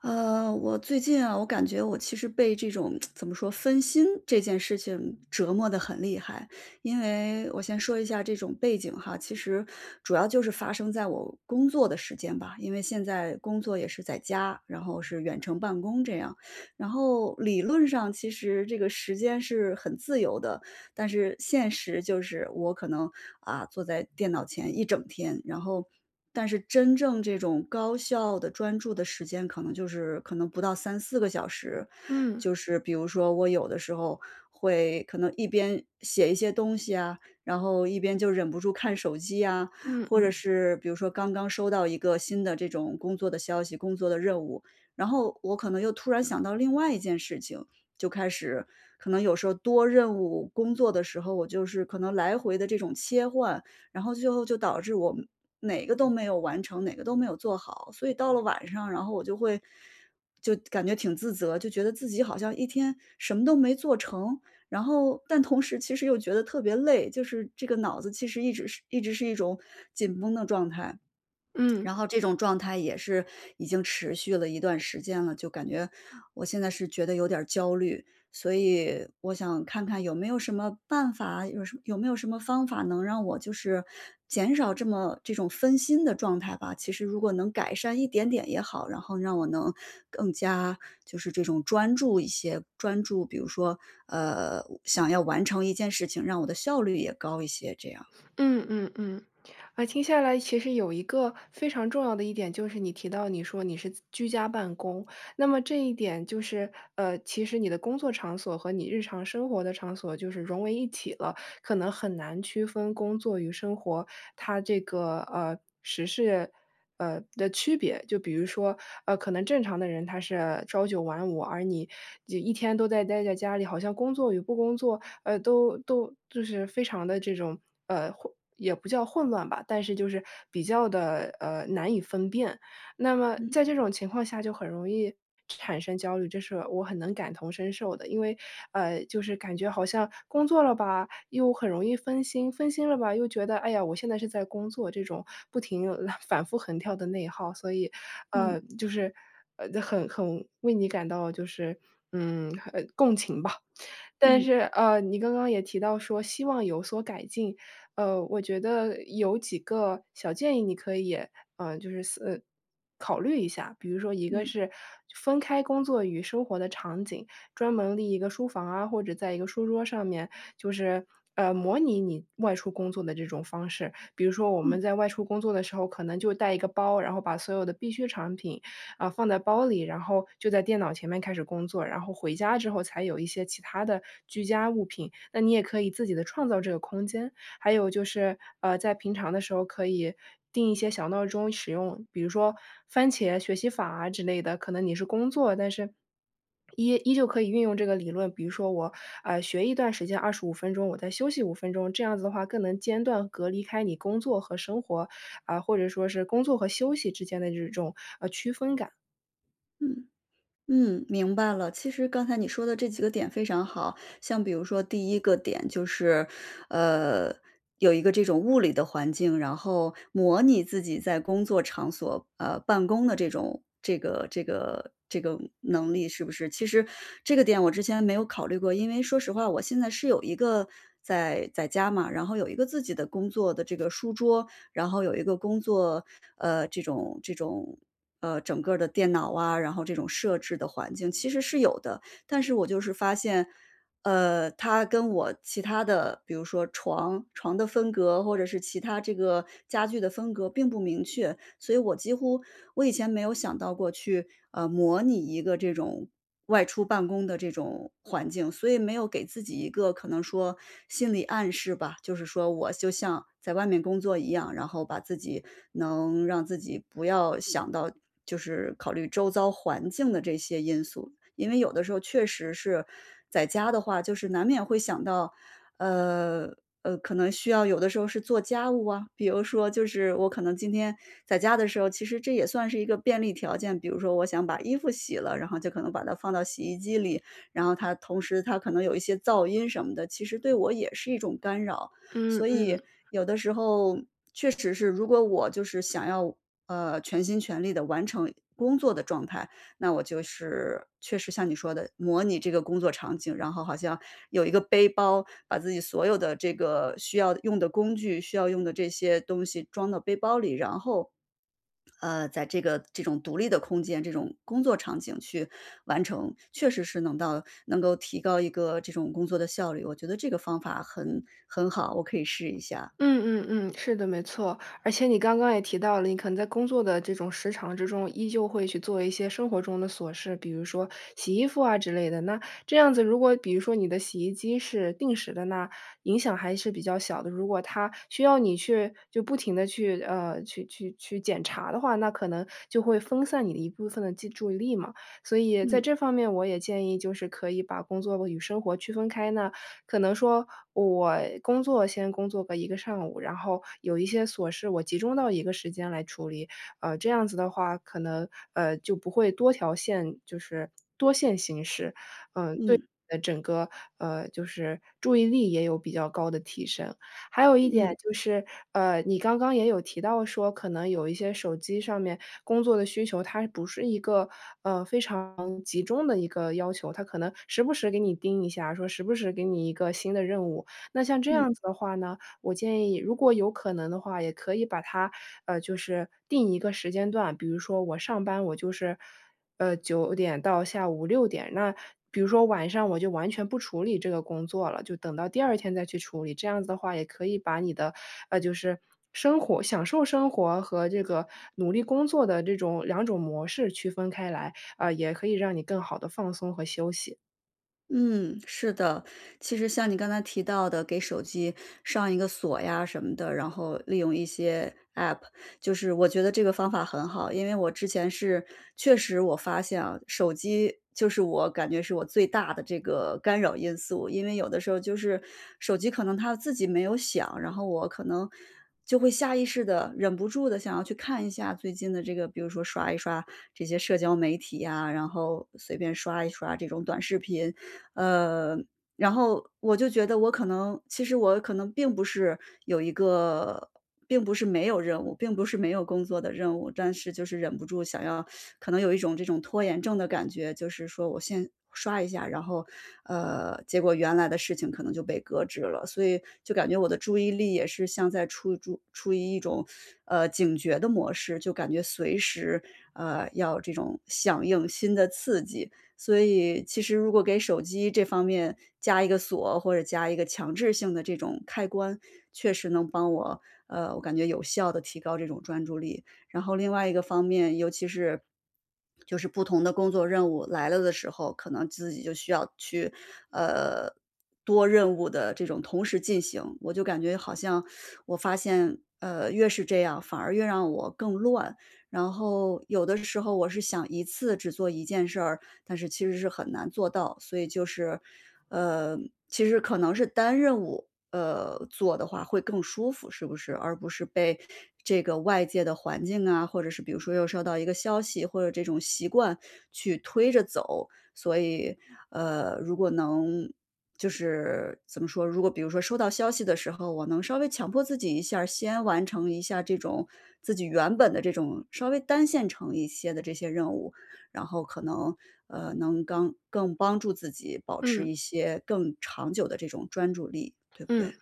我最近啊，我感觉我其实被这种 怎么说分心这件事情折磨得很厉害。因为我先说一下这种背景哈，其实主要就是发生在我工作的时间吧，因为现在工作也是在家，然后是远程办公这样。然后理论上其实这个时间是很自由的，但是现实就是我可能坐在电脑前一整天，然后但是真正这种高效的专注的时间，可能就是可能不到三四个小时。嗯就是比如说我有的时候会可能一边写一些东西啊，然后一边就忍不住看手机啊，嗯或者是比如说刚刚收到一个新的这种工作的消息、工作的任务，然后我可能又突然想到另外一件事情，就开始可能有时候多任务工作的时候，我就是可能来回的这种切换，然后最后就导致我哪个都没有完成，哪个都没有做好。所以到了晚上，然后我就会就感觉挺自责，就觉得自己好像一天什么都没做成，然后但同时其实又觉得特别累，就是这个脑子其实一直是一种紧绷的状态。嗯然后这种状态也是已经持续了一段时间了，就感觉我现在是觉得有点儿焦虑，所以我想看看有没有什么办法，有没有什么方法能让我就是减少这么这种分心的状态吧。其实如果能改善一点点也好，然后让我能更加就是这种专注一些，专注，比如说想要完成一件事情，让我的效率也高一些，这样。嗯嗯嗯，啊，听下来其实有一个非常重要的一点，就是你提到你说你是居家办公。那么这一点就是，其实你的工作场所和你日常生活的场所就是融为一体了，可能很难区分工作与生活。它这个呃时事。呃的区别，就比如说，可能正常的人他是朝九晚五，而你就一天都在待在家里，好像工作与不工作，都就是非常的这种混，也不叫混乱吧，但是就是比较的难以分辨。那么在这种情况下，就很容易产生焦虑，这是我很能感同身受的。因为就是感觉好像工作了吧，又很容易分心，分心了吧，又觉得哎呀，我现在是在工作，这种不停 反复横跳的内耗。所以嗯就是很为你感到就是共情吧。但嗯是，你刚刚也提到说希望有所改进。我觉得有几个小建议你可以，就是考虑一下。比如说一个嗯是分开工作与生活的场景，专门立一个书房啊，或者在一个书桌上面，就是，模拟你外出工作的这种方式。比如说我嗯们在外出工作的时候，可能就带一个包，然后把所有的必需产品啊，放在包里，然后就在电脑前面开始工作，然后回家之后才有一些其他的居家物品。那你也可以自己的创造这个空间。还有就是，在平常的时候可以定一些小闹钟使用，比如说番茄学习法啊之类的，可能你是工作，但是依旧可以运用这个理论。比如说我，学一段时间25分钟，我再休息五分钟，这样子的话更能间断隔离开你工作和生活，啊，或者说是工作和休息之间的这种，区分感。嗯。嗯，明白了。其实刚才你说的这几个点非常好，像比如说第一个点就是，呃，有一个这种物理的环境，然后模拟自己在工作场所，办公的这种能力是不是？其实这个点我之前没有考虑过，因为说实话，我现在是有一个在家嘛，然后有一个自己的工作的这个书桌，然后有一个工作，呃，这种这种，呃，整个儿的电脑啊，然后这种设置的环境其实是有的。但是我就是发现，它跟我其他的，比如说床的分隔，或者是其他这个家具的分隔并不明确，所以我几乎我以前没有想到过去，模拟一个这种外出办公的这种环境，所以没有给自己一个可能说心理暗示吧，就是说我就像在外面工作一样，然后把自己能让自己不要想到就是考虑周遭环境的这些因素。因为有的时候确实是在家的话，就是难免会想到呃，可能需要有的时候是做家务啊，比如说就是我可能今天在家的时候，其实这也算是一个便利条件。比如说我想把衣服洗了，然后就可能把它放到洗衣机里，然后它同时它可能有一些噪音什么的，其实对我也是一种干扰。嗯所以嗯，有的时候确实是，如果我就是想要全心全力的完成工作的状态，那我就是确实像你说的，模拟这个工作场景，然后好像有一个背包，把自己所有的这个需要用的工具、需要用的这些东西装到背包里，然后，在这个这种独立的空间、这种工作场景去完成，确实是能到能够提高一个这种工作的效率。我觉得这个方法很好，我可以试一下。嗯嗯嗯，是的，没错。而且你刚刚也提到了，你可能在工作的这种时长之中，依旧会去做一些生活中的琐事，比如说洗衣服啊之类的。那这样子，如果比如说你的洗衣机是定时的，那影响还是比较小的。如果它需要你去就不停的去，去检查的话，那可能就会分散你的一部分的注意力嘛。所以在嗯这方面我也建议就是可以把工作与生活区分开呢，可能说我先工作个一个上午，然后有一些琐事我集中到一个时间来处理。这样子的话可能，就不会多条线就是多线行事。嗯整个，就是注意力也有比较高的提升。还有一点嗯就是，你刚刚也有提到说，可能有一些手机上面工作的需求，它不是一个，非常集中的一个要求，它可能时不时给你盯一下，说时不时给你一个新的任务。那像这嗯。样子的话呢，我建议如果有可能的话，也可以把它，就是定一个时间段，比如说我上班我就是9点到下午6点，那比如说晚上我就完全不处理这个工作了，就等到第二天再去处理。这样子的话也可以把你的，就是享受生活和这个努力工作的这种两种模式区分开来，啊，也可以让你更好的放松和休息。嗯，是的。其实像你刚才提到的，给手机上一个锁呀什么的，然后利用一些 App，就是我觉得这个方法很好。因为我之前是确实我发现啊，手机就是我感觉是我最大的这个干扰因素。因为有的时候就是手机可能它自己没有响，然后我可能就会下意识的忍不住的想要去看一下最近的这个比如说刷一刷这些社交媒体呀，然后随便刷一刷这种短视频。呃，然后我就觉得我可能其实我可能并不是有一个并不是没有任务，并不是没有工作的任务，但是就是忍不住想要可能有一种这种拖延症的感觉，就是说我先刷一下，然后，结果原来的事情可能就被搁置了，所以就感觉我的注意力也是像在处于一种，警觉的模式，就感觉随时，要这种响应新的刺激，所以其实如果给手机这方面加一个锁，或者加一个强制性的这种开关，确实能帮我，我感觉有效的提高这种专注力。然后另外一个方面，尤其是就是不同的工作任务来了的时候，可能自己就需要去，呃，多任务的这种同时进行，我就感觉好像我发现，越是这样，反而越让我更乱。然后有的时候我是想一次只做一件事儿，但是其实是很难做到。所以就是，呃，其实可能是单任务，做的话会更舒服，是不是？而不是被这个外界的环境啊，或者是比如说又收到一个消息，或者这种习惯去推着走。所以，如果能就是怎么说，如果比如说收到消息的时候，我能稍微强迫自己一下儿先完成一下这种自己原本的这种稍微单线程一些的这些任务，然后可能能刚更帮助自己保持嗯，一些更长久的这种专注力，对不对？嗯。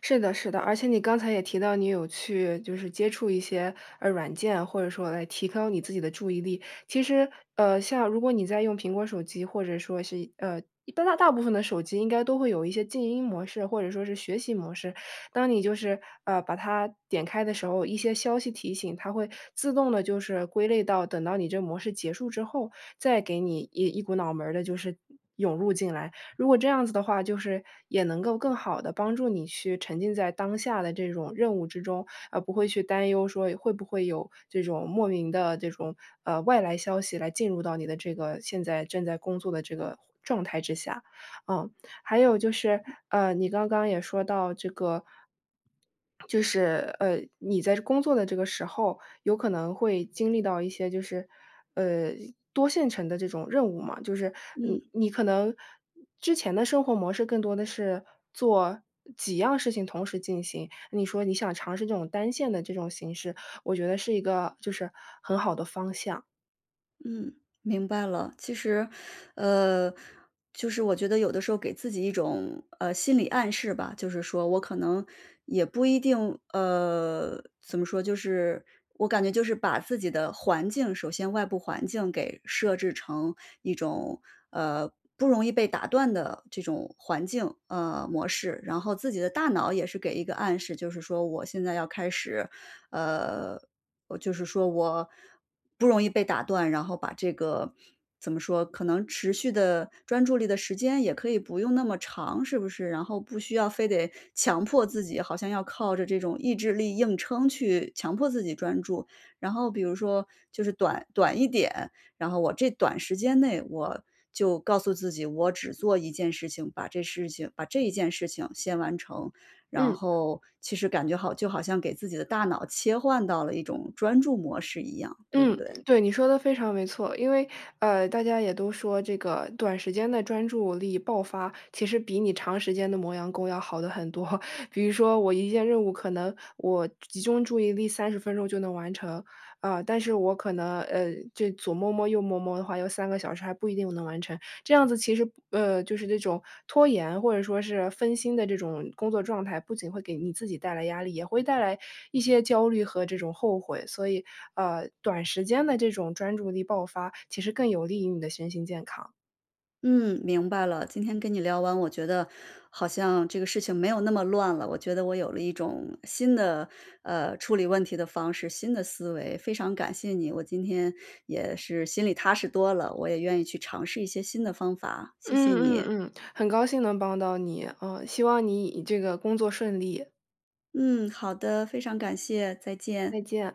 是的，是的，而且你刚才也提到，你有去就是接触一些软件，或者说来提高你自己的注意力。其实，像如果你在用苹果手机，或者说是一般大部分的手机应该都会有一些静音模式，或者说是学习模式。当你就是把它点开的时候，一些消息提醒，它会自动的就是归类到等到你这模式结束之后，再给你一股脑门儿的就是涌入进来。如果这样子的话，就是也能够更好的帮助你去沉浸在当下的这种任务之中，而不会去担忧说会不会有这种莫名的这种，外来消息来进入到你的这个现在正在工作的这个状态之下，嗯。还有就是，你刚刚也说到这个，就是，你在工作的这个时候，有可能会经历到一些就是，呃，多线程的这种任务嘛，就是嗯。你可能之前的生活模式更多的是做几样事情同时进行。你说你想尝试这种单线的这种形式，我觉得是一个就是很好的方向。嗯，明白了。其实，呃，就是我觉得有的时候给自己一种心理暗示吧，就是说我可能也不一定怎么说，就是我感觉就是把自己的环境，首先外部环境给设置成一种不容易被打断的这种环境模式，然后自己的大脑也是给一个暗示，就是说我现在要开始呃我就是说我不容易被打断，然后把这个怎么说，可能持续的专注力的时间也可以不用那么长，是不是？然后不需要非得强迫自己，好像要靠着这种意志力硬撑去强迫自己专注。然后比如说就是短短一点，然后我这短时间内我就告诉自己，我只做一件事情，把这一件事情先完成。然嗯。后其实感觉好就好像给自己的大脑切换到了一种专注模式一样，对不嗯，对？对，你说的非常没错。因为，大家也都说这个短时间的专注力爆发，其实比你长时间的磨洋工要好的很多。比如说我一件任务可能我集中注意力30分钟就能完成，啊，但是我可能，这左摸摸右摸摸的话，要3个小时还不一定能完成。这样子其实就是这种拖延或者说是分心的这种工作状态，不仅会给你自己带来压力，也会带来一些焦虑和这种后悔。所以，短时间的这种专注力爆发，其实更有利于你的身心健康。嗯，明白了。今天跟你聊完，我觉得好像这个事情没有那么乱了。我觉得我有了一种新的，处理问题的方式，新的思维。非常感谢你，我今天也是心里踏实多了，我也愿意去尝试一些新的方法。谢谢嗯嗯你。嗯，很高兴能帮到你。嗯，希望你以这个工作顺利，嗯，好的，非常感谢，再再见。见。